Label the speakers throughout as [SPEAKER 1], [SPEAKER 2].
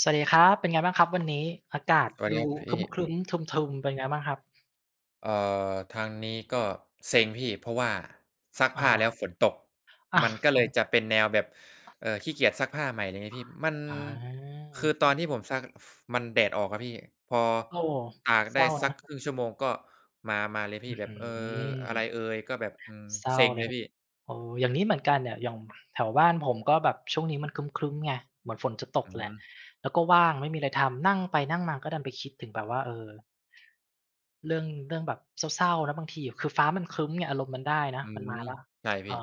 [SPEAKER 1] สวัสดีครับเป็นไงบ้างครับวันนี้อากาศ
[SPEAKER 2] สวัสดี
[SPEAKER 1] ดู
[SPEAKER 2] ครับ
[SPEAKER 1] ค
[SPEAKER 2] พี่
[SPEAKER 1] รึ้มๆทึมๆเป็นไงบ้างครับ
[SPEAKER 2] เอ่อทางนี้ก็เซ็งพี่เพราะว่าซัก
[SPEAKER 1] อ๋อ
[SPEAKER 2] ผ้าแล้วฝนตก
[SPEAKER 1] อ้า
[SPEAKER 2] มั
[SPEAKER 1] ว
[SPEAKER 2] นก็เลยจะเป็นแนวแบบขี้เกียจซักผ้าใหม่อะไรเงี้ยพี่มัน
[SPEAKER 1] อา
[SPEAKER 2] คือตอนที่ผมซักฟมันแดดออกอะพี่พอ
[SPEAKER 1] โอ้
[SPEAKER 2] ตาก
[SPEAKER 1] เศ
[SPEAKER 2] ได้
[SPEAKER 1] ร้า
[SPEAKER 2] สัก
[SPEAKER 1] นะ
[SPEAKER 2] ครึ่งชั่วโมงก็มามาเลยพี่
[SPEAKER 1] อื้อ
[SPEAKER 2] แบบ
[SPEAKER 1] ฮื
[SPEAKER 2] เออ
[SPEAKER 1] อ
[SPEAKER 2] อะไรเอยก็แบบอืม
[SPEAKER 1] เศร้า
[SPEAKER 2] เซ็ง
[SPEAKER 1] เล
[SPEAKER 2] เล
[SPEAKER 1] ย
[SPEAKER 2] ยพี่
[SPEAKER 1] เอออย่างนี้เหมือนกันเนี่ยอย่างแถวบ้านผมก็แบบช่วงนี้มันครึ้มๆไงเหมือนฝนจะตก
[SPEAKER 2] อื
[SPEAKER 1] แหละ
[SPEAKER 2] ม
[SPEAKER 1] แล้วก็ว่างไม่มีอะไรทำนั่งไปนั่งมาก็ดันไปคิดถึงแบบว่าเออเรื่องแบบเศร้าๆนะบางทีคือฟ้ามันครึ้มไงอารมณ์มันได้นะ
[SPEAKER 2] อื
[SPEAKER 1] มันมา
[SPEAKER 2] ม
[SPEAKER 1] แล้ว
[SPEAKER 2] ใช่
[SPEAKER 1] เออ
[SPEAKER 2] พี่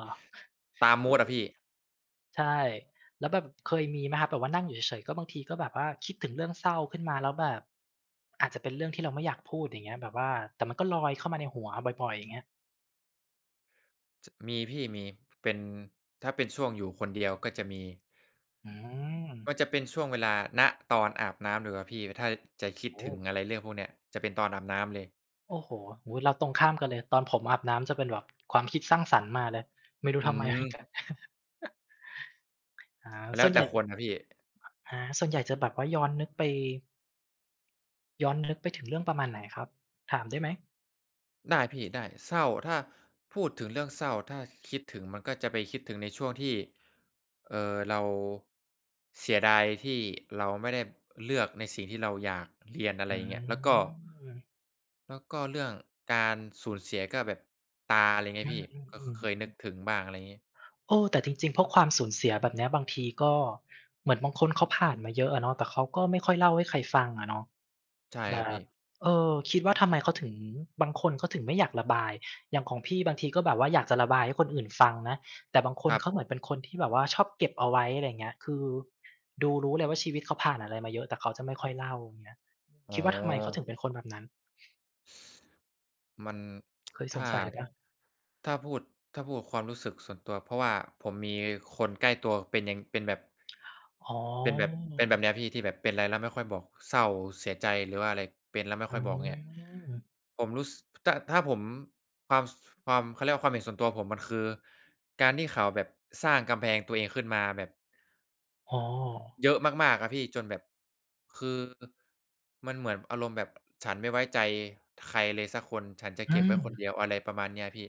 [SPEAKER 2] ตามมูดอะพี่
[SPEAKER 1] ใช่แล้วแบบเคยมีไหมครับแบบว่านั่งอยู่เฉยๆก็บางทีก็แบบว่าคิดถึงเรื่องเศร้าขึ้นมาแล้วแบบอาจจะเป็นเรื่องที่เราไม่อยากพูดอย่างเงี้ยแบบว่าแต่มันก็ลอยเข้ามาในหัวบ่อยๆอย่างเงี้ย
[SPEAKER 2] จมีพี่มีเป็นถ้าเป็นช่วงอยู่คนเดียวก็จะมี
[SPEAKER 1] อื
[SPEAKER 2] มัน
[SPEAKER 1] ม
[SPEAKER 2] จะเป็นช่วงเวลาณตอนอาบน้ำดีกว่าพี่ถ้าจะคิด
[SPEAKER 1] โอ้
[SPEAKER 2] ถึง
[SPEAKER 1] โฮ
[SPEAKER 2] อะไรเรื่องพวกเนี้ยจะเป็นตอนอาบน้ำเลย
[SPEAKER 1] โอ้โฮโอ้โฮเราตรงข้ามกันเลยตอนผมอาบน้ำจะเป็นแบบความคิดสร้างสรรค์มาเลยไม่รู้
[SPEAKER 2] อื
[SPEAKER 1] ทำไมเหมือน
[SPEAKER 2] ม
[SPEAKER 1] กัน อา
[SPEAKER 2] แล้
[SPEAKER 1] ส่ว
[SPEAKER 2] ว
[SPEAKER 1] นให
[SPEAKER 2] แต่
[SPEAKER 1] ญ่
[SPEAKER 2] คนนะพี่
[SPEAKER 1] อาส่วนใหญ่จะแบบว่าย้อนนึกไปถึงเรื่องประมาณไหนครับถามได้ไหม
[SPEAKER 2] ได้พี่ได้เศร้าถ้าพูดถึงเรื่องเศร้าถ้าคิดถึงมันก็จะไปคิดถึงในช่วงที่เอ่อเราเสียดายที่เราไม่ได้เลือกในสิ่งที่เราอยากเรียนอะไร
[SPEAKER 1] อื
[SPEAKER 2] อย่างเงี้ยแล้วก็
[SPEAKER 1] ม
[SPEAKER 2] เรื่องการสูญเสียก็แบบตาอะไรเงี้
[SPEAKER 1] อื
[SPEAKER 2] ยพี่ก็
[SPEAKER 1] ม
[SPEAKER 2] เคย
[SPEAKER 1] ๆๆ
[SPEAKER 2] นึกถึงบ้างอะไรงี้
[SPEAKER 1] โอ้แต่จริงๆพวกความสูญเสียแบบเนี้ยบางทีก็เหมือนบางคนเขาผ่านมาเยอะอะเนาะแต่เขาก็ไม่ค่อยเล่าให้ใครฟังอะเนาะ
[SPEAKER 2] ใช่
[SPEAKER 1] แบ
[SPEAKER 2] ครับ
[SPEAKER 1] บ
[SPEAKER 2] พี่
[SPEAKER 1] เออคิดว่าทำไมเขาถึงบางคนเขาถึงไม่อยากระบายอย่างของพี่บางทีก็แบบว่าอยากจะระบายให้คนอื่นฟังนะแต่บางค
[SPEAKER 2] ค
[SPEAKER 1] น
[SPEAKER 2] รั
[SPEAKER 1] เขาเหมื
[SPEAKER 2] บ
[SPEAKER 1] อนเป็นคนที่แบบว่าชอบเก็บเอาไว้อะไรอย่างเงี้ยคือดูรู้เลยว่าชีวิตเขาผ่านอะไรมาเยอะแต่เขาจะไม่ค่อยเล่าอย่างเงี้ย
[SPEAKER 2] อ๋
[SPEAKER 1] คิดว่าทำไมเขาถึ
[SPEAKER 2] อ
[SPEAKER 1] งเป็นคนแบบนั้น
[SPEAKER 2] มัน
[SPEAKER 1] เคย สง
[SPEAKER 2] ถ้า
[SPEAKER 1] สัยเปล่า
[SPEAKER 2] ถ้าพูดถ้าพูดความรู้สึกส่วนตัวเพราะว่าผมมีคนใกล้ตัวเป็นอย่างเป็นแบบ
[SPEAKER 1] อ๋อ
[SPEAKER 2] เป็นแบบเนี้ยพี่ที่แบบเป็นอะไรแล้วไม่ค่อยบอกเศร้าเสียใจหรือว่าอะไรเป็นแล้วไม่
[SPEAKER 1] อื
[SPEAKER 2] ค่อยบอกเนี่ย
[SPEAKER 1] ม
[SPEAKER 2] ผมรู้สกถ้าถ้าผมความสความเขาเรียกว่าความเห็นส่วนตัวผมมันคือการที่เขาแบบสร้างกำแพงตัวเองขึ้นมาแบบ
[SPEAKER 1] อ๋อ
[SPEAKER 2] เยอะมากๆครับพี่จนแบบคือมันเหมือนอารมณ์แบบฉันไม่ไว้ใจใครเลยสักคนฉันจะ
[SPEAKER 1] อื
[SPEAKER 2] เก็บ
[SPEAKER 1] ม
[SPEAKER 2] ไว้คนเดียวอะไรประมาณเนี้ยพี่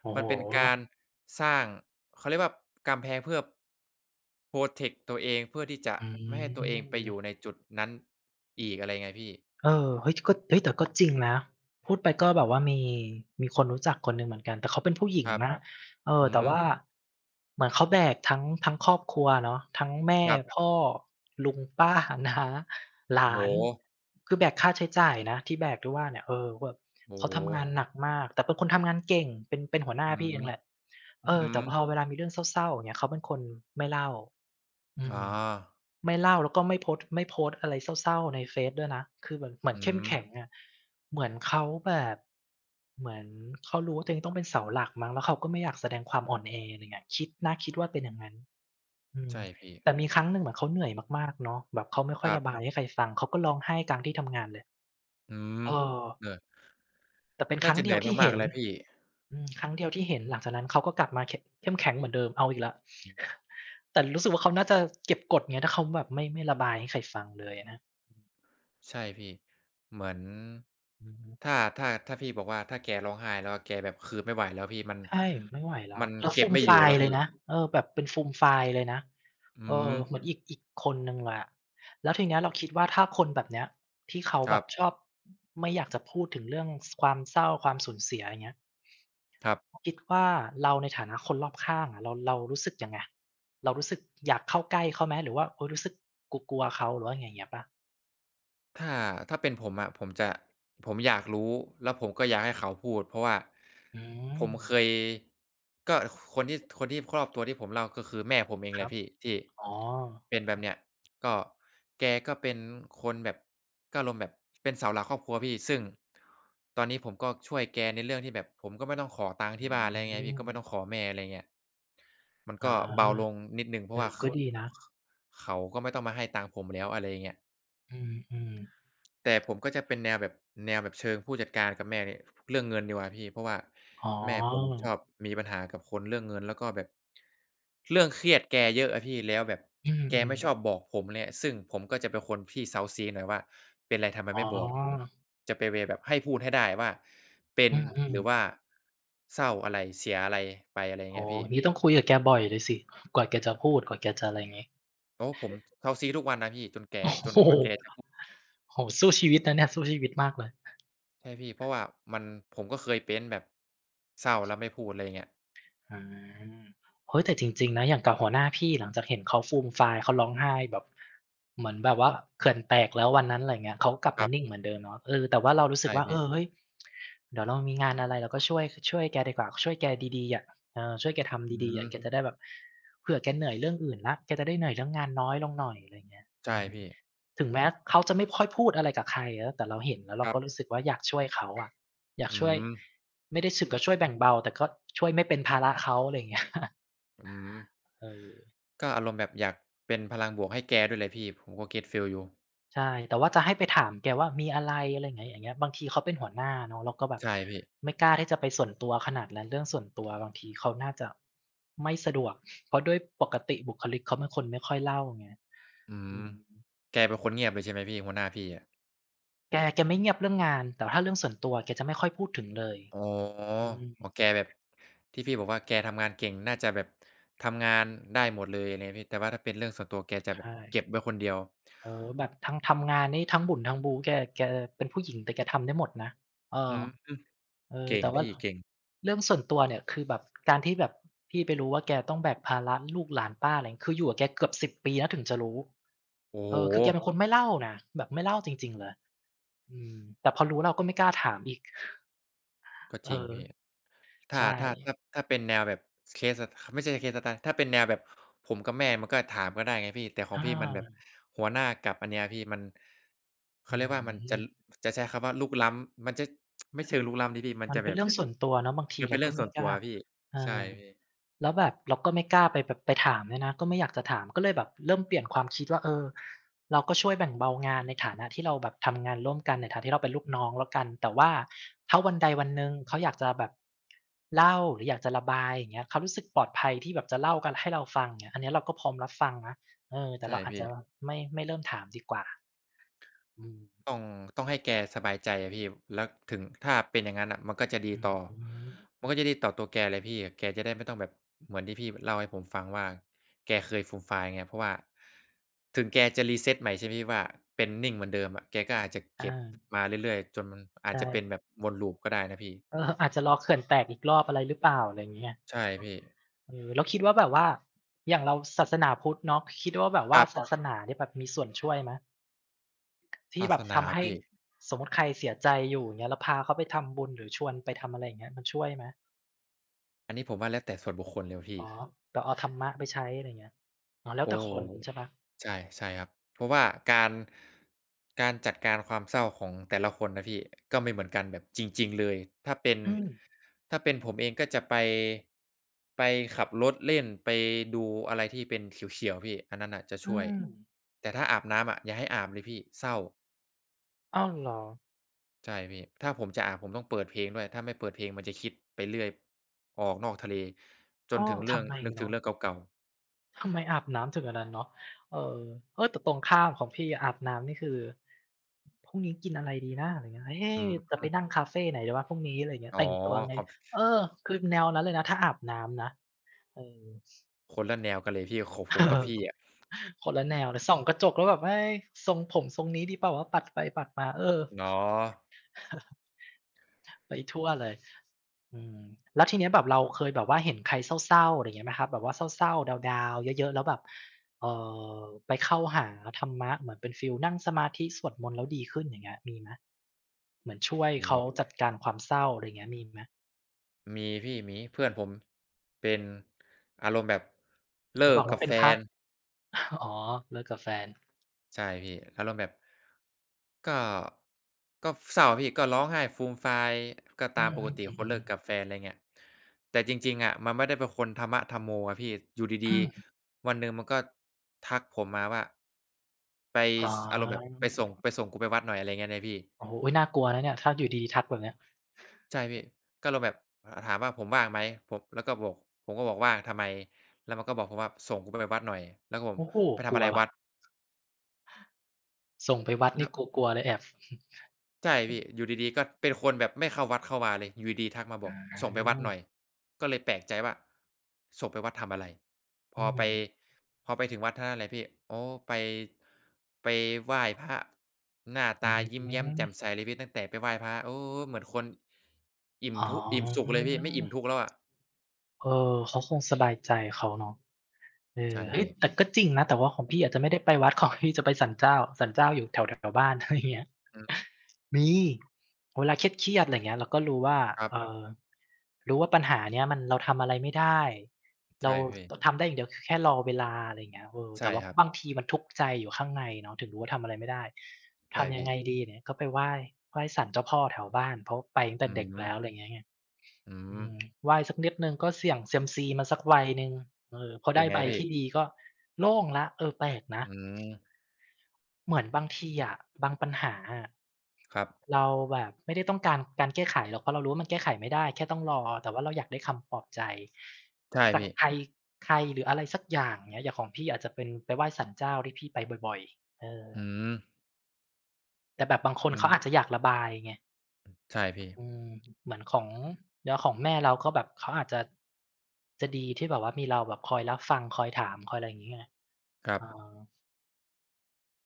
[SPEAKER 1] โอ้โฮ
[SPEAKER 2] มันเป็นการสร้างเขาเรียกว่ากำแพงเพื่อโพรเทกต์ตัวเองเพื่อที่จะ
[SPEAKER 1] อื
[SPEAKER 2] ไม่ให้ตัวเองไปอยู่
[SPEAKER 1] ม
[SPEAKER 2] ในจุดนั้นอีกอะไรเงี้ยพี่
[SPEAKER 1] เออเฮ้ยก็เฮ้ยแต่ก็จริงนะพูดไปก็แบบว่ามีคนรู้จักคนหนึ่งเหมือนกันแต่เขาเป็นผู้หญิ
[SPEAKER 2] ค
[SPEAKER 1] ง
[SPEAKER 2] รับ
[SPEAKER 1] นะเออ
[SPEAKER 2] อื
[SPEAKER 1] แต่
[SPEAKER 2] ม
[SPEAKER 1] ว่าเหมือนเขาแบกทั้งครอบครัวเนาะทั้งแม่
[SPEAKER 2] ครับ
[SPEAKER 1] พ่อลุงป้า น้าห
[SPEAKER 2] โอ้
[SPEAKER 1] ลา
[SPEAKER 2] โ
[SPEAKER 1] น
[SPEAKER 2] ฮ
[SPEAKER 1] คือแบกค่าใช้จ่ายนะที่แบกด้วยว่าเนี่ยเออแบบ
[SPEAKER 2] โอ้
[SPEAKER 1] เขา
[SPEAKER 2] โฮ
[SPEAKER 1] ทำงานหนักมาก แต่เป็นคนทำงานเก่งเป็นหัวหน้า
[SPEAKER 2] อือ
[SPEAKER 1] พี่เอ
[SPEAKER 2] ฮึ
[SPEAKER 1] งแหละ
[SPEAKER 2] อื
[SPEAKER 1] เอ
[SPEAKER 2] อ
[SPEAKER 1] อ
[SPEAKER 2] ฮึ
[SPEAKER 1] แต่พอเวลามีเรื่องเศร้าๆอย่างเงี้ยเขาเป็นคนไม่เล่าอืม
[SPEAKER 2] อ๋อ
[SPEAKER 1] ไม่เล่าแล้วก็ไม่โพสต์ไม่โพสต์อะไรเศร้าๆในเฟซด้วยนะคือเหมือนเหมือน
[SPEAKER 2] อื
[SPEAKER 1] เข้ม
[SPEAKER 2] ม
[SPEAKER 1] แข็งอะเหมือนเขาแบบเหมือนเขารู้ว่าตัวเองต้องเป็นเสาหลักมั้งแล้วเขาก็ไม่อยากแสดงความอ่อนแออะไรเงี้ยคิดนะคิดว่าเป็นอย่างงั้นอืม
[SPEAKER 2] ใช่พี่
[SPEAKER 1] แต่มีครั้งหนึ่งเหมือนเขาเหนื่อยมากๆเนาะแบบเขาไม่ค่อ
[SPEAKER 2] ค
[SPEAKER 1] ย
[SPEAKER 2] รั
[SPEAKER 1] ระ
[SPEAKER 2] บ
[SPEAKER 1] บายให้ใครฟังเขาก็ร้องไห้กลางที่ทำงานเลย
[SPEAKER 2] อืม
[SPEAKER 1] เออ
[SPEAKER 2] เออ
[SPEAKER 1] แต่เป็นค
[SPEAKER 2] น่า
[SPEAKER 1] รั้ง
[SPEAKER 2] จะเห
[SPEAKER 1] เดีย
[SPEAKER 2] นื่
[SPEAKER 1] ว
[SPEAKER 2] อย
[SPEAKER 1] ที่
[SPEAKER 2] มา
[SPEAKER 1] เห็
[SPEAKER 2] กๆ
[SPEAKER 1] น
[SPEAKER 2] แล้วพี่
[SPEAKER 1] อืมครั้งเดียวที่เห็นหลังจากนั้นเขาก็กลับมาเขะเข้มแข็งเหมือนเดิมเอาอีกแล้ว แต่รู้สึกว่าเขาน่าจะเก็บกดเงี้ยถ้าเขาแบบไม่ระบายให้ใครฟังเลยอะนะ
[SPEAKER 2] ใช่พี่เหมือน
[SPEAKER 1] อือฮึ
[SPEAKER 2] ถ้าพี่บอกว่าถ้าแกร้องไห้แล้วอะแกแบบคือไม่ไหวแล้วพี่มัน
[SPEAKER 1] ใช่ไม่ไหวแล้ว
[SPEAKER 2] มัน
[SPEAKER 1] แล้ว
[SPEAKER 2] เก็
[SPEAKER 1] ฟู
[SPEAKER 2] บ
[SPEAKER 1] ม
[SPEAKER 2] ไม่อยู่
[SPEAKER 1] ฟาย
[SPEAKER 2] แล้ว
[SPEAKER 1] เลย
[SPEAKER 2] พี่
[SPEAKER 1] นะเออแบบเป็นฟูมฟายเลยนะ
[SPEAKER 2] อื
[SPEAKER 1] เออ
[SPEAKER 2] ม
[SPEAKER 1] เหมือนอีกคนหนึ่งเลยอะแล้วทีเนี้ยเราคิดว่าถ้าคนแบบเนี้ยที่เขา
[SPEAKER 2] ค
[SPEAKER 1] แบ
[SPEAKER 2] รับ
[SPEAKER 1] บชอบไม่อยากจะพูดถึงเรื่องสความเศร้าความสูญเสียอย่างเงี้ย
[SPEAKER 2] ครับ
[SPEAKER 1] คิดว่าเราในฐานะคนรอบข้างอะเรารู้สึกยังไงเรารู้สึกอยากเข้าใกล้เขาไหมหรือว่าเฮ้ยรู้สึกกลัวๆเขาหรือว่าไงอย่างเงี้ยเปล่า
[SPEAKER 2] ถ้าถ้าเป็นผมอะผมจะผมอยากรู้แล้วผมก็อยากให้เขาพูดเพราะว่า
[SPEAKER 1] อื
[SPEAKER 2] ผ
[SPEAKER 1] ม
[SPEAKER 2] มเคยก็คนที่ครอบตัวที่ผมเล่าก็คือแม่ผมเอง
[SPEAKER 1] ค
[SPEAKER 2] เล
[SPEAKER 1] รั
[SPEAKER 2] ย
[SPEAKER 1] บ
[SPEAKER 2] พี่ที่
[SPEAKER 1] อ๋อ
[SPEAKER 2] เป็นแบบเนี้ยก็แกก็เป็นคนแบบก็อารมณ์แบบเป็นเสาหลักครอบครัวพี่ซึ่งตอนนี้ผมก็ช่วยแกในเรื่องที่แบบผมก็ไม่ต้องขอตังค์
[SPEAKER 1] อื
[SPEAKER 2] ที่บ้านอะไรอย่างเงี้ยพี่
[SPEAKER 1] ม
[SPEAKER 2] ก็ไม่ต้องขอแม่อะไรเงี้ยมัน
[SPEAKER 1] อา
[SPEAKER 2] ก็เบาลงนิดหนึ่งเพ
[SPEAKER 1] เอ
[SPEAKER 2] ราะ
[SPEAKER 1] อ
[SPEAKER 2] ว่า
[SPEAKER 1] ก็ดีนะ
[SPEAKER 2] ขเขาก็ไม่ต้องมาให้ตังค์ผมแล้วอะไรอย่างเงี้ย
[SPEAKER 1] อืมๆ
[SPEAKER 2] แต่ผมก็จะเป็นแนวแบบเชิงผู้จัดการกับแม่เนี่ยเรื่องเงินดีกว่าพี่เพราะว่า
[SPEAKER 1] อ๋
[SPEAKER 2] แม่ผม
[SPEAKER 1] อ
[SPEAKER 2] ชอบมีปัญหากับคนเรื่องเงินแล้วก็แบบเรื่องเครียดแกเยอะอะพี่แล้วแบบ
[SPEAKER 1] อื
[SPEAKER 2] แกไม่ชอ
[SPEAKER 1] ม
[SPEAKER 2] บบอกผมเนี่ยซึ่งผมก็จะเป็นคนที่เซ้าซี้หน่อยว่าเป็นไรทำไม
[SPEAKER 1] ๆอ๋อ
[SPEAKER 2] ไม่บอกจะไปเวย์แบบให้พูดให้ได้ว่าเป็น
[SPEAKER 1] อื
[SPEAKER 2] หรือว่า
[SPEAKER 1] ม
[SPEAKER 2] เศร้าอะไรเสียอะไรไปอะไรอ
[SPEAKER 1] ๆ
[SPEAKER 2] ย่าง
[SPEAKER 1] โอ้
[SPEAKER 2] เงี้ย
[SPEAKER 1] โฮ
[SPEAKER 2] พี่
[SPEAKER 1] งี้ต้องคุยกับแกบ่อยเลยสิกว่าแกจะพูดกว่าแกจะอะไรงี้
[SPEAKER 2] โอ้ผมเซ้าซี้ทุกวันนะพี่จนแก
[SPEAKER 1] โอ้
[SPEAKER 2] จน
[SPEAKER 1] โฮ
[SPEAKER 2] กว่าแกจะพูด
[SPEAKER 1] โอ้โฮสู้ชีวิตนะเนี่ยสู้ชีวิตมากเลย
[SPEAKER 2] ใช่พี่เพราะว่ามันผมก็เคยเป็นแบบเศร้าแล้วไม่พูดอะไรอย่างเงี้ย
[SPEAKER 1] อาเฮ้ยแต่จริงๆนะอย่างกับหัวหน้าพี่หลังจากเห็นเขาฟูมฟายเขาร้องไห้แบบเหมือนแบบว่าเขื่อนแตกแล้ววันนั้นอะไรเงี้ยเขาก็กลับ
[SPEAKER 2] ค
[SPEAKER 1] มา
[SPEAKER 2] รั
[SPEAKER 1] นิ่ง
[SPEAKER 2] บ
[SPEAKER 1] เหมือนเดิมเนาะเออแต่ว่าเรารู้สึก
[SPEAKER 2] ใช่
[SPEAKER 1] ว่าเอ
[SPEAKER 2] พี่
[SPEAKER 1] อเฮ้ยเดี๋ยวเรามีงานอะไรเราก็ช่วยแกดีกว่าช่วยแกดีๆอะเออช่วยแก
[SPEAKER 2] อื
[SPEAKER 1] ทำดีๆ
[SPEAKER 2] ม
[SPEAKER 1] อะแกจะได้แบบเผื่อแกเหนื่อยเรื่องอื่นแล้วแกจะได้เหนื่อยเรื่องงานน้อยลงหน่อยอะไรเงี้ยอื
[SPEAKER 2] ใช่
[SPEAKER 1] ม
[SPEAKER 2] พี่
[SPEAKER 1] ถึงแม้เขาจะไม่ค่อยพูดอะไรกับใครนะแต่เราเห็นแล้วเรา
[SPEAKER 2] ครั
[SPEAKER 1] ก็รู้
[SPEAKER 2] บ
[SPEAKER 1] สึกว่าอยากช่วยเขาอะ อยาก
[SPEAKER 2] อื
[SPEAKER 1] ช่วย
[SPEAKER 2] ม
[SPEAKER 1] ไม่ได้สึงกับช่วยแบ่งเบาแต่ก็ช่วยไม่เป็นภาระเขาอะไรอย่างเงี้ย
[SPEAKER 2] อืม
[SPEAKER 1] เออ
[SPEAKER 2] ก็อารมณ์แบบอยากเป็นพลังบวกให้แกด้วยเหลยพี่ผมก็ get feel อยู่
[SPEAKER 1] ใช่แต่ว่าจะให้ไปถามแกว่ามีอะไรอะไรอย่างเงี้ยอย่างเงี้ยบางทีเขาเป็นหัวหน้าเนาะเราก็แบบ
[SPEAKER 2] ใช่พี่
[SPEAKER 1] ไม่กล้าที่จะไปส่วนตัวขนาดนั้นเรื่องส่วนตัวบางทีเขาน่าจะไม่สะดวกเพราะด้วยปกติบุคลิกเขาเป็นคนไม่ค่อยเล่าไง
[SPEAKER 2] อื
[SPEAKER 1] อื
[SPEAKER 2] ม
[SPEAKER 1] ม
[SPEAKER 2] แกเป็นคนเงียบเลยใช่ไหมพี่หัวหน้าพี่อะ
[SPEAKER 1] แกไม่เงียบเรื่องงานแต่ถ้าเรื่องส่วนตัวแกจะไม่ค่อยพูดถึงเลย
[SPEAKER 2] อ๋ออ๋อ
[SPEAKER 1] อืม
[SPEAKER 2] แกแบบที่พี่บอกว่าแกทำงานเก่งน่าจะแบบทำงานได้หมดเลยอะไรพี่แต่ว่าถ้าเป็นเรื่องส่วนตัวแกจะแบบ
[SPEAKER 1] ใช่
[SPEAKER 2] เก็บไว้คนเดียว
[SPEAKER 1] โอ้โฮแบบทั้งทำงานนี่ทั้งบุ่นทั้งบู๊แกเป็นผู้หญิงแต่แกทำได้หมดนะเออ
[SPEAKER 2] อืม
[SPEAKER 1] เออ
[SPEAKER 2] เก่ง
[SPEAKER 1] แต่ว่า
[SPEAKER 2] พี่เก่ง
[SPEAKER 1] เรื่องส่วนตัวเนี่ยคือแบบการที่แบบพี่ไปรู้ว่าแกต้องแบกภาระลูกหลานป้าอะไรงี้คืออยู่กับแกเกือบ10ปีนะถึงจะรู้
[SPEAKER 2] โอ้
[SPEAKER 1] เอ
[SPEAKER 2] โฮ
[SPEAKER 1] อคือแกเป็นคนไม่เล่านะแบบไม่เล่าจริงๆเลยอืมแต่พอรู้เราก็ไม่กล้าถามอีก
[SPEAKER 2] ก็
[SPEAKER 1] เอ
[SPEAKER 2] จริง
[SPEAKER 1] อ
[SPEAKER 2] พี่ถ้า
[SPEAKER 1] ใช่
[SPEAKER 2] ถ้าเป็นแนวแบบ Case อะไม่ใช่ Case Study ถ้าเป็นแนวแบบผมกับแม่มันก็ถามก็ได้ไงพี่แต่ของ
[SPEAKER 1] อา
[SPEAKER 2] พี่มันแบบหัวหน้ากับอันเนี้ยพี่มัน
[SPEAKER 1] อื
[SPEAKER 2] เขาเรียกว่ามันจะ
[SPEAKER 1] ม
[SPEAKER 2] จะใช้คำว่ารุกล้ำมันจะไม่เชิงรุกล้ำดิพี่มัน
[SPEAKER 1] มัน
[SPEAKER 2] จะ
[SPEAKER 1] เป็
[SPEAKER 2] แบ
[SPEAKER 1] น
[SPEAKER 2] บ
[SPEAKER 1] เรื่องส่วนตัวเนาะบางที
[SPEAKER 2] มันเป็
[SPEAKER 1] เรา
[SPEAKER 2] นเรื่
[SPEAKER 1] ก็
[SPEAKER 2] องส่
[SPEAKER 1] ไม่
[SPEAKER 2] วน
[SPEAKER 1] ก
[SPEAKER 2] ตัว
[SPEAKER 1] ล้า
[SPEAKER 2] พี่
[SPEAKER 1] เอ
[SPEAKER 2] ใช่
[SPEAKER 1] อ
[SPEAKER 2] พี่
[SPEAKER 1] แล้วแบบเราก็ไม่กล้าไปแบบไปถามด้วยนะก็ไม่อยากจะถามก็เลยแบบเริ่มเปลี่ยนความคิดว่าเออเราก็ช่วยแบ่งเบางานในฐานะที่เราแบบทำงานร่วมกันในฐานะที่เราเป็นลูกน้องแล้วกันแต่ว่าถ้าวันใดวันหนึ่งเขาอยากจะแบบเล่าหรืออยากจะระบายอย่างเงี้ยเขารู้สึกปลอดภัยที่แบบจะเล่ากันให้เราฟังเงี้ยอันเนี้ยเราก็พร้อมรับฟังนะเออแต่
[SPEAKER 2] ใช่
[SPEAKER 1] เราอาจ
[SPEAKER 2] พี่
[SPEAKER 1] จะไม่เริ่มถามดีกว่าอืม
[SPEAKER 2] ต้องต้องให้แกสบายใจอะพี่แล้วถึงถ้าเป็นอย่างงั้นน่ะมันก็จะดี
[SPEAKER 1] อือ
[SPEAKER 2] ต่อ
[SPEAKER 1] ฮึ
[SPEAKER 2] มันก็จะดีต่อตัวแกเลยพี่แกจะได้ไม่ต้องแบบเหมือนที่พี่เล่าให้ผมฟังว่าแกเคยฟูมฟายไงเพราะว่าถึงแกจะ reset ใหม่ใช่ไหมพี่ว่าเป็นนิ่งเหมือนเดิมอะแกก็อาจจะ
[SPEAKER 1] อา
[SPEAKER 2] เก็บมาเรื่อยๆจนมันอาจ
[SPEAKER 1] ใช่
[SPEAKER 2] จะเป็นแบบวน loop ก็ได้นะพี่
[SPEAKER 1] เอออาจจะรอเขื่อนแตกอีกรอบอะไรหรือเปล่าอะไรอย่างเงี้ย
[SPEAKER 2] ใช่พี่
[SPEAKER 1] เออแล้วคิดว่าแบบว่าอย่างเราศาสนาพุทธเนาะคิดว่าแบบ
[SPEAKER 2] กั
[SPEAKER 1] ว่า
[SPEAKER 2] บ
[SPEAKER 1] ศาัสนาเนี่ยแบบมีส่วนช่วยไหมที่
[SPEAKER 2] ศา
[SPEAKER 1] แบ
[SPEAKER 2] ส
[SPEAKER 1] บ
[SPEAKER 2] นา
[SPEAKER 1] ทำให้
[SPEAKER 2] พี่
[SPEAKER 1] สมมุติใครเสียใจอยู่อย่างเงี้ยแล้วพาเขาไปทำบุญหรือชวนไปทำอะไรอย่างเงี้ยมันช่วยไหม
[SPEAKER 2] อันนี้ผมว่าแล้วแต่ส่วนบุคคลเลยว่ะพี่
[SPEAKER 1] อ๋อแบบเอาธรรมะไปใช้อะไรอย่างเงี้ยอ๋อแล้ว
[SPEAKER 2] โอ้
[SPEAKER 1] แต่คนใช่เปล่า
[SPEAKER 2] ใช่ใช่ครับเพราะว่าการการจัดการความเศร้าของแต่ละคนนะพี่ก็ไม่เหมือนกันแบบจริงๆเลยถ้าเป็น
[SPEAKER 1] อืม
[SPEAKER 2] ถ้าเป็นผมเองก็จะไปไปขับรถเล่นไปดูอะไรที่เป็นเขียวๆพี่อันนั้นน่ะจะ
[SPEAKER 1] อื
[SPEAKER 2] ช่วย
[SPEAKER 1] ม
[SPEAKER 2] แต่ถ้าอาบน้ำอะอย่าให้อาบเลยพี่เศร้า
[SPEAKER 1] อ้าวเหรอ
[SPEAKER 2] ใช่พี่ถ้าผมจะอาบผมต้องเปิดเพลงด้วยถ้าไม่เปิดเพลงมันจะคิดไปเรื่อยออกนอกทะเลจน
[SPEAKER 1] อ้อ
[SPEAKER 2] ถึงเรื่อง
[SPEAKER 1] ทำไม
[SPEAKER 2] นึกถึง
[SPEAKER 1] เนาะ
[SPEAKER 2] เรื่องเก่าๆ
[SPEAKER 1] ทำไมอาบน้ำถึงอันนั้นเนาะเออเฮ้ยแต่ตรงข้ามของพี่อะอาบน้ำนี่คือพรุ่งนี้กินอะไรดีนะอะไรเงี้ยเฮ้
[SPEAKER 2] อื
[SPEAKER 1] จะไป
[SPEAKER 2] ม
[SPEAKER 1] นั่งคาเฟไหนดีวะพรุ่งนี้อะไรเงี้ย
[SPEAKER 2] อ๋อ
[SPEAKER 1] แต่งตัวไง
[SPEAKER 2] คอม
[SPEAKER 1] เออคือแนวนั้นเลยนะถ้าอาบน้ำนะเออ
[SPEAKER 2] คนละแนวกันเลยพี่ของผมกับพี่ อะ
[SPEAKER 1] คนละแนวเลยส่องกระจกแล้วแบบเฮ้ยทรงผมทรงนี้ดีเปล่าวะปัดไปปัดมาเออ
[SPEAKER 2] เนาะ
[SPEAKER 1] ไปทั่วเลยอืมแล้วทีเนี้ยแบบเราเคยแบบว่าเห็นใครเศร้าๆอะไรอย่างเงี้ยไหมครับแบบว่าเศร้าๆดาวๆเยอะๆแล้วแบบเอ่อไปเข้าหาธรรมะเหมือนเป็นฟีลนั่งสมาธิสวดมนต์แล้วดีขึ้นอย่างเงี้ยมีไหมเหมือนช่วย
[SPEAKER 2] มี
[SPEAKER 1] เขาจัดการความเศร้าอะไรอย่างเงี้ยมีไหม
[SPEAKER 2] มีพี่มีเพื่อนผมเป็นอารมณ์แบบ
[SPEAKER 1] อ
[SPEAKER 2] เลิ
[SPEAKER 1] ย่าบ
[SPEAKER 2] ก
[SPEAKER 1] อก
[SPEAKER 2] กั
[SPEAKER 1] เว่า
[SPEAKER 2] บ
[SPEAKER 1] เป็
[SPEAKER 2] แฟ
[SPEAKER 1] นัพระ
[SPEAKER 2] น
[SPEAKER 1] อ๋อ เลิกกับแฟน
[SPEAKER 2] ใช่พี่อารมณ์แบบก็ก็เศร้าอะพี่ก็ร้องไห้ฟูมฟายก็
[SPEAKER 1] อื
[SPEAKER 2] ตาม
[SPEAKER 1] ม
[SPEAKER 2] ปกติ
[SPEAKER 1] ล
[SPEAKER 2] คน
[SPEAKER 1] ิ
[SPEAKER 2] เลิ
[SPEAKER 1] ก
[SPEAKER 2] กกับแฟ
[SPEAKER 1] ๆ
[SPEAKER 2] นไรเงี้ยแต่จริงๆอะมันไม่ได้เป็นคนธรรมะธัมโมอะพี่อยู่
[SPEAKER 1] อื
[SPEAKER 2] ดี
[SPEAKER 1] ม
[SPEAKER 2] ๆวันหนึ่งมันก็ทักผมมาว่าไป
[SPEAKER 1] อ๋
[SPEAKER 2] สอารมณ์แบบไปส่ง
[SPEAKER 1] อ
[SPEAKER 2] ไปส่งกูไปวัดหน่อยอะไรเงี้ยนะพี่
[SPEAKER 1] โอ้โฮอุ๊ยน่ากลัวนะเนี่ยถ้าอยู่ดีๆทักแบบเนี้ย
[SPEAKER 2] ใช่พี่ก็อารมณ์แบบถามว่าผมว่างไหมผมแล้วก็บอกผมก็บอกว่างทำไมแล้วมันก็บอกผมว่าส่งกูไปวัดหน่อยแล้วก็ผม
[SPEAKER 1] โอ้โฮ
[SPEAKER 2] ไป
[SPEAKER 1] ก
[SPEAKER 2] ทำ
[SPEAKER 1] ลั
[SPEAKER 2] อะ
[SPEAKER 1] ว
[SPEAKER 2] ไร
[SPEAKER 1] ว่ะ
[SPEAKER 2] วัด
[SPEAKER 1] ส่งไปวัด
[SPEAKER 2] แล้
[SPEAKER 1] นี่
[SPEAKER 2] ว
[SPEAKER 1] กลัวๆเลยแอบ
[SPEAKER 2] ใช่พี่อยู่ดีๆก็เป็นคนแบบไม่เข้าวัดเข้าวาเลยอยู่ดีๆทักมาบ
[SPEAKER 1] อ
[SPEAKER 2] อกส่งไปวัดหน่อย
[SPEAKER 1] า
[SPEAKER 2] ก็เลยแปลกใจว่าส่งไปวัดทำอะไรพ
[SPEAKER 1] อื
[SPEAKER 2] อไป
[SPEAKER 1] ม
[SPEAKER 2] พอไปถึงวัดเท่านั้นแหละพี่โอ้ไปไปไหว้พระหน้า
[SPEAKER 1] อื
[SPEAKER 2] ตายิ้มแย้มแจ่มใส
[SPEAKER 1] ม
[SPEAKER 2] เลยพี่ตั้งแต่ไปไหว้พระโอ้เหมือนคนอิ่ม
[SPEAKER 1] อ๋อ
[SPEAKER 2] ทุกข์อิ่มสุขเลยพี่ไม่อิ่มทุกข์แล้วอะ
[SPEAKER 1] เออเขาคงสบายใจเขาเนาะเออ
[SPEAKER 2] ใช่
[SPEAKER 1] เฮ้ย
[SPEAKER 2] พี่
[SPEAKER 1] แต่ก็จริงนะ แต่ว่าของพี่อาจจะไม่ได้ไปวัดของ พี่จะไปศาลเจ้าศาลเจ้าอยู่แถวแถวบ้าน อะไรอย่างเงี้ยมี เวลาเครียดๆอะไรอย่างเงี้ยเราก็รู้ว่า
[SPEAKER 2] ครับ
[SPEAKER 1] เอ่อรู้ว่าปัญหาเนี้ยมันเราทำอะไรไม่ได้ เรา
[SPEAKER 2] ใช่พี่
[SPEAKER 1] ตทำได้อย่างเดียวคือแค่รอเวลาอะไรอย่างเงี้ยเออแต่
[SPEAKER 2] ใช่
[SPEAKER 1] ว่า
[SPEAKER 2] ครับ
[SPEAKER 1] บางทีมันทุกข์ใจอยู่ข้างในเนาะถึงรู้ว่าทำอะไรไม่ได้
[SPEAKER 2] ใช่
[SPEAKER 1] ทำยัง
[SPEAKER 2] พี่
[SPEAKER 1] ไงดีเนี่ยก็ไปไหว้ศาลเจ้าพ่อแถวบ้านเพราะไปตั้งแต่
[SPEAKER 2] อื
[SPEAKER 1] เด็กแล้วอะ
[SPEAKER 2] ม
[SPEAKER 1] ไรอย่างเงี้ยไง
[SPEAKER 2] อื
[SPEAKER 1] อื
[SPEAKER 2] ม
[SPEAKER 1] มไหว้สักนิดหนึ่งก็เสี่ยงเซียมซีมาสักใบหนึ่งเออพอ
[SPEAKER 2] เป็
[SPEAKER 1] ได้
[SPEAKER 2] นไง
[SPEAKER 1] ใบ
[SPEAKER 2] พี่
[SPEAKER 1] ที่ดีก็โล่งแล้วเออแปลกนะ
[SPEAKER 2] อืม
[SPEAKER 1] เหมือนบางทีอะบางปัญหาอะ
[SPEAKER 2] ครับ
[SPEAKER 1] เราแบบไม่ได้ต้องการการแก้ไขหรอกเพราะเรารู้ว่ามันแก้ไขไม่ได้แค่ต้องรอแต่ว่าเราอยากได้คำปลอบใจ
[SPEAKER 2] ใช่
[SPEAKER 1] จาก
[SPEAKER 2] พี่
[SPEAKER 1] ใครใครหรืออะไรสักอย่างเงี้ยอย่างของพี่อาจจะเป็นไปไหว้ศาลเจ้าที่พี่ไปบ่อยๆเออ
[SPEAKER 2] อืม
[SPEAKER 1] แต่แบบบางคน
[SPEAKER 2] มัน
[SPEAKER 1] เขาอาจจะอยากระบายไง
[SPEAKER 2] ใช่พี่
[SPEAKER 1] อืมเหมือนของแล้วของแม่เราก็แบบเขาอาจจะจะดีที่แบบว่ามีเราแบบคอยรับฟังคอยถามคอยอะไรอย่างงี้ไง
[SPEAKER 2] ครับ
[SPEAKER 1] อ๋อ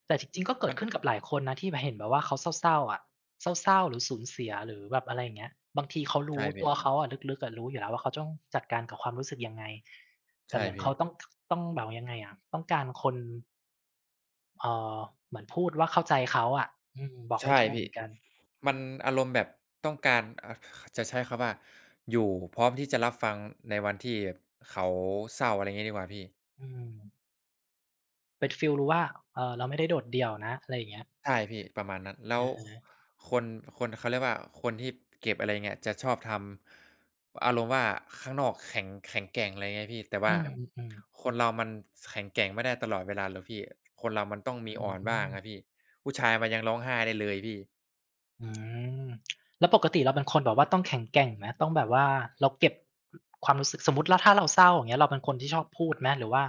[SPEAKER 1] แต่จริงๆก็เกิ
[SPEAKER 2] มั
[SPEAKER 1] ด
[SPEAKER 2] น
[SPEAKER 1] ขึ้นกับหลายคนนะที่แบบเห็นแบบว่าเขาเศร้าๆอะเศร้าๆหรือสูญเสียหรือแบบอะไรอย่างเงี้ยบางทีเขารู้
[SPEAKER 2] ใช่
[SPEAKER 1] ตั
[SPEAKER 2] พี่
[SPEAKER 1] วเขาอะลึกๆอะรู้อยู่แล้วว่าเขาต้องจัดการกับความรู้สึกยังไงแต่
[SPEAKER 2] ใช่
[SPEAKER 1] เหมือน
[SPEAKER 2] พี่
[SPEAKER 1] เขาต้องแบบ่ายังไงอะต้องการคนเอ่อเหมือนพูดว่าเข้าใจเขาอะอืมบอกไม่
[SPEAKER 2] ใช่
[SPEAKER 1] ถูกเห
[SPEAKER 2] พี่
[SPEAKER 1] มือนกัน
[SPEAKER 2] มันอารมณ์แบบต้องการจะใช้คำว่าอยู่พร้อมที่จะรับฟังในวันที่แบบเขาเศร้าอะไรงี้ดีกว่าพี่
[SPEAKER 1] อืมเป็นฟีลรู้ว่าเราไม่ได้โดดเดี่ยวนะอะไรอย่างเงี้ย
[SPEAKER 2] ใช่พี่ประมาณนั้น
[SPEAKER 1] เ
[SPEAKER 2] แล้ว
[SPEAKER 1] ออ
[SPEAKER 2] คนคนเขาเรียกว่าคนที่เก็บอะไรอย่างเงี้ยจะชอบทำอารมณ์ว่าข้างนอกแข็งแข็งแกร่งอะไรเงี้ยพี่แต่
[SPEAKER 1] อื
[SPEAKER 2] ว่า
[SPEAKER 1] มๆๆ
[SPEAKER 2] คนเรามันสแข็งแกร่งไม่ได้ตลอดเวลาหรอกพี่คนเรามันต้อง
[SPEAKER 1] อื
[SPEAKER 2] มีอ่อนบ้างครับ
[SPEAKER 1] ม
[SPEAKER 2] พี่ผู้ชายมันยังร้องไห้ได้เลยพี่
[SPEAKER 1] อืมแล้วปกติเราเป็นคนแบบว่าต้องแข็งแกร่งไหมต้องแบบว่าเราเก็บความรู้สึกสมมุติแล้วถ้าเราเศร้าอย่างเงี้ยเราเป็นคนที่ชอบพูดไหมหรือว่า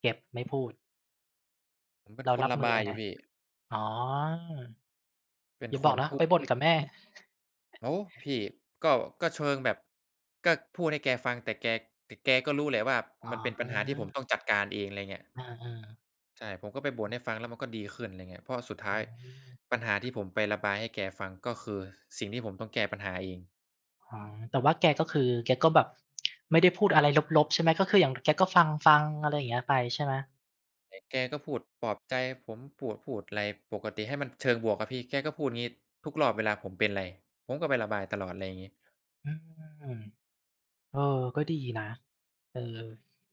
[SPEAKER 1] เก็บไม่พูด
[SPEAKER 2] ผมเป็น
[SPEAKER 1] เรา
[SPEAKER 2] คน
[SPEAKER 1] รับ
[SPEAKER 2] ระ
[SPEAKER 1] มือ
[SPEAKER 2] บาย
[SPEAKER 1] ยัง
[SPEAKER 2] อ
[SPEAKER 1] ไง
[SPEAKER 2] ยู่พี่
[SPEAKER 1] อ๋อ
[SPEAKER 2] เป็
[SPEAKER 1] อ
[SPEAKER 2] น
[SPEAKER 1] ย่า
[SPEAKER 2] ค
[SPEAKER 1] บอก
[SPEAKER 2] น
[SPEAKER 1] นะ
[SPEAKER 2] พู
[SPEAKER 1] ไป
[SPEAKER 2] ด
[SPEAKER 1] บ่นกับแม่
[SPEAKER 2] โอ้พี่ก็ก็เชิงแบบก็พูดให้แกฟังแต่แกแต่แกก็รู้แหละว่า
[SPEAKER 1] อ๋อ
[SPEAKER 2] มันเป็นปัญหาที่ผมต้องจัดการเองอะไรเงี้ย
[SPEAKER 1] อา
[SPEAKER 2] ใช่ผมก็ไปบ่นให้ฟังแล้วมันก็ดีขึ้นอะไรเงี้ยเพราะสุด
[SPEAKER 1] ๆ
[SPEAKER 2] ท้า
[SPEAKER 1] อื
[SPEAKER 2] ย
[SPEAKER 1] ม
[SPEAKER 2] ปัญหาที่ผมไประบายให้แกฟังก็คือสิ่งที่ผมต้องแก้ปัญหาเอง
[SPEAKER 1] อ๋อแต่ว่าแกก็คือแกก็แบบไม่ได้พูดอะไรลบๆใช่ไหมก็คืออย่างแกก็ฟังๆอะไรอย่างเงี้ยไปใช่ไหม
[SPEAKER 2] แต่แกก็พูดปลอบใจผมปูดพูดอะไรปกติให้มันเชิงบวกอะพี่แกก็พูดงี้ทุกรอบเวลาผมเป็นไรผมก็ไประบายตลอดอะไรอย่างงี้
[SPEAKER 1] อืม เออก็ดีนะเออ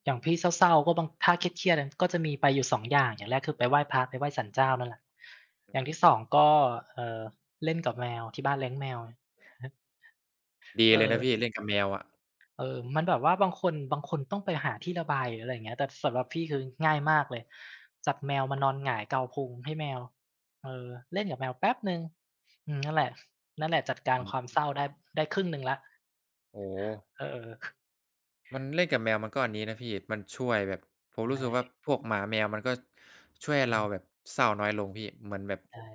[SPEAKER 1] อย่างพี่เศร้าๆก็บางถ้าเครียดๆอะก็จะมีไปอยู่สองอย่างอย่างแรกคือไปไหว้พระไปไหว้ศาลเจ้านั่นแหละอย่างที่สองก็เอ่อเล่นกับแมวที่บ้านเลี้ยงแมว
[SPEAKER 2] ดี
[SPEAKER 1] เอ
[SPEAKER 2] เลย
[SPEAKER 1] อ
[SPEAKER 2] นะ
[SPEAKER 1] ม
[SPEAKER 2] พี่เล่นกับแมวอะ
[SPEAKER 1] เออมันแบบว่าบางคนต้องไปหาที่ระบายหรืออะไรอย่างเงี้ยแต่สำหรับพี่คือง่ายมากเลยจับแมวมานอนหงายเกาพุงให้แมวเออเล่นกับแมวแป๊บหนึ่งอืมนั่นแหละนั่นแหละจัดการ
[SPEAKER 2] อื
[SPEAKER 1] ควา
[SPEAKER 2] ม
[SPEAKER 1] มเศร้าได้ได้ครึ่งหนึ่งแล้ว
[SPEAKER 2] โอ้โฮ
[SPEAKER 1] เออ
[SPEAKER 2] มันเล่นกับแมวมันก็อันนี้นะพี่มันช่วยแบบผ
[SPEAKER 1] ใ
[SPEAKER 2] มรู้สึกว่า
[SPEAKER 1] ช่
[SPEAKER 2] พวกหมาแมวมันก็ช่วยให้
[SPEAKER 1] อื
[SPEAKER 2] เราแบ
[SPEAKER 1] ม
[SPEAKER 2] บเศร้าน้อยลงพี่เหมือนแบบ
[SPEAKER 1] ใช่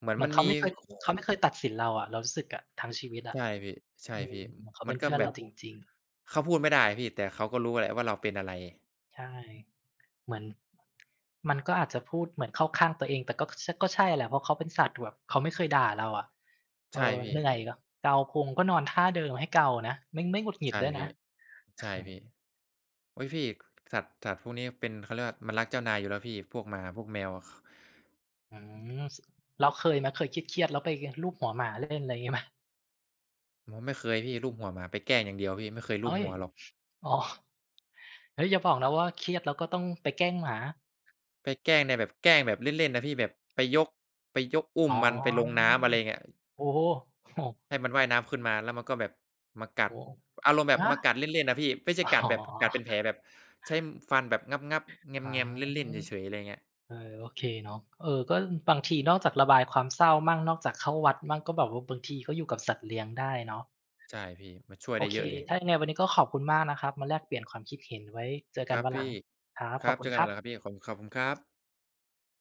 [SPEAKER 2] เหมือน
[SPEAKER 1] เหมือ
[SPEAKER 2] มั
[SPEAKER 1] น
[SPEAKER 2] น
[SPEAKER 1] เขา
[SPEAKER 2] มี
[SPEAKER 1] ไม่เคย
[SPEAKER 2] โข
[SPEAKER 1] เขาไม่เคยตัดสินเราอะเรารู้สึกอะทั้งชีวิตอะ
[SPEAKER 2] ใช่พี่ใช่
[SPEAKER 1] อืม
[SPEAKER 2] พี่
[SPEAKER 1] เหมือนเขา
[SPEAKER 2] มั
[SPEAKER 1] เป็
[SPEAKER 2] น
[SPEAKER 1] น
[SPEAKER 2] ก็
[SPEAKER 1] เพื่อน
[SPEAKER 2] แบ
[SPEAKER 1] เรา
[SPEAKER 2] บ
[SPEAKER 1] จริงๆ
[SPEAKER 2] เขาพูดไม่ได้พี่แต่เขาก็รู้แหละว่าเราเป็นอะไร
[SPEAKER 1] ใช่เหมือนมันก็อาจจะพูดเหมือนเข้าข้างตัวเองแต่ก็ชก็ใช่แหละเพราะเขาเป็นสัตว์แบบเขาไม่เคยด่าเราอะเอ
[SPEAKER 2] ใช่
[SPEAKER 1] อ
[SPEAKER 2] พี่
[SPEAKER 1] เหนื่อยก็เกาพุงก็นอนท่าเดิมให้เกานะไม่หงุดหงิด
[SPEAKER 2] ใช่
[SPEAKER 1] ด้วยนะ
[SPEAKER 2] พี่ใช่
[SPEAKER 1] อืม
[SPEAKER 2] พี่อุ๊ยพี่สัตว์สัตว์พวกนี้เป็นเขาเรียกว่ามันรักเจ้านายอยู่แล้วพี่พวกหมาพวกแมวอะ
[SPEAKER 1] อืมสแล้วเคยไหมเคยเครียดๆแล้วไปลูบหัวหมาเล่นอะไรอยางี้ไหม
[SPEAKER 2] ผมไม่เคยพี่ลูบหัวหมาไปแกล้งอย่างเดียวพี่ไม่เคยลูบ
[SPEAKER 1] เฮ้ย
[SPEAKER 2] หัวหรอก
[SPEAKER 1] อ๋อเฮ้ยอย่าบอกนะว่าเครียดแล้วก็ต้องไปแกล้งหมา
[SPEAKER 2] ไปแกล้งในแบบแกล้งแบบเล่นๆนะพี่แบบไปยกไปยกอุ้
[SPEAKER 1] อ๋
[SPEAKER 2] ม
[SPEAKER 1] อ
[SPEAKER 2] มันไปลงน้ำอะไรเงี้ย
[SPEAKER 1] โอ้โฮโอ้
[SPEAKER 2] ให้มันว่ายน้ำขึ้นมาแล้วมันก็แบบมากั
[SPEAKER 1] โฮ
[SPEAKER 2] ดอารมณ์แบบ
[SPEAKER 1] ฮะ
[SPEAKER 2] มากัดเล่นๆนะพี่ไม่ใช่
[SPEAKER 1] อ๋
[SPEAKER 2] กัดแบบกัด
[SPEAKER 1] อ
[SPEAKER 2] เป็นแผลแบบใช้ฟันแบบงับๆแ
[SPEAKER 1] อ
[SPEAKER 2] ง้มๆเล่นๆ
[SPEAKER 1] า
[SPEAKER 2] เฉยๆอะไรอย่างเงี้ย
[SPEAKER 1] เออโอเคเนาะเออก็บางทีนอกจากระบายความเศร้ามั่งนอกจากเข้าวัดมั่งก็แบบว่าบางทีก็อยู่กับสัตว์เลี้ยงได้เนาะ
[SPEAKER 2] ใช่พี่มันช่วย
[SPEAKER 1] โอ
[SPEAKER 2] ได้
[SPEAKER 1] เค
[SPEAKER 2] เยอะเลย
[SPEAKER 1] ถ้ายังไงวันนี้ก็ขอบคุณมากนะครับ มาแลกเปลี่ยนความคิดเห็นไว้ เจอ
[SPEAKER 2] ค
[SPEAKER 1] กัน
[SPEAKER 2] รับ
[SPEAKER 1] วันหลัง
[SPEAKER 2] พี่
[SPEAKER 1] ครับ
[SPEAKER 2] ค
[SPEAKER 1] ขอ
[SPEAKER 2] รั
[SPEAKER 1] บ
[SPEAKER 2] บ
[SPEAKER 1] คุ
[SPEAKER 2] เจ
[SPEAKER 1] ณ
[SPEAKER 2] อกั
[SPEAKER 1] ค
[SPEAKER 2] นให
[SPEAKER 1] รั
[SPEAKER 2] ม่
[SPEAKER 1] บ
[SPEAKER 2] นะครับพี่ขอบขอบคุณครับ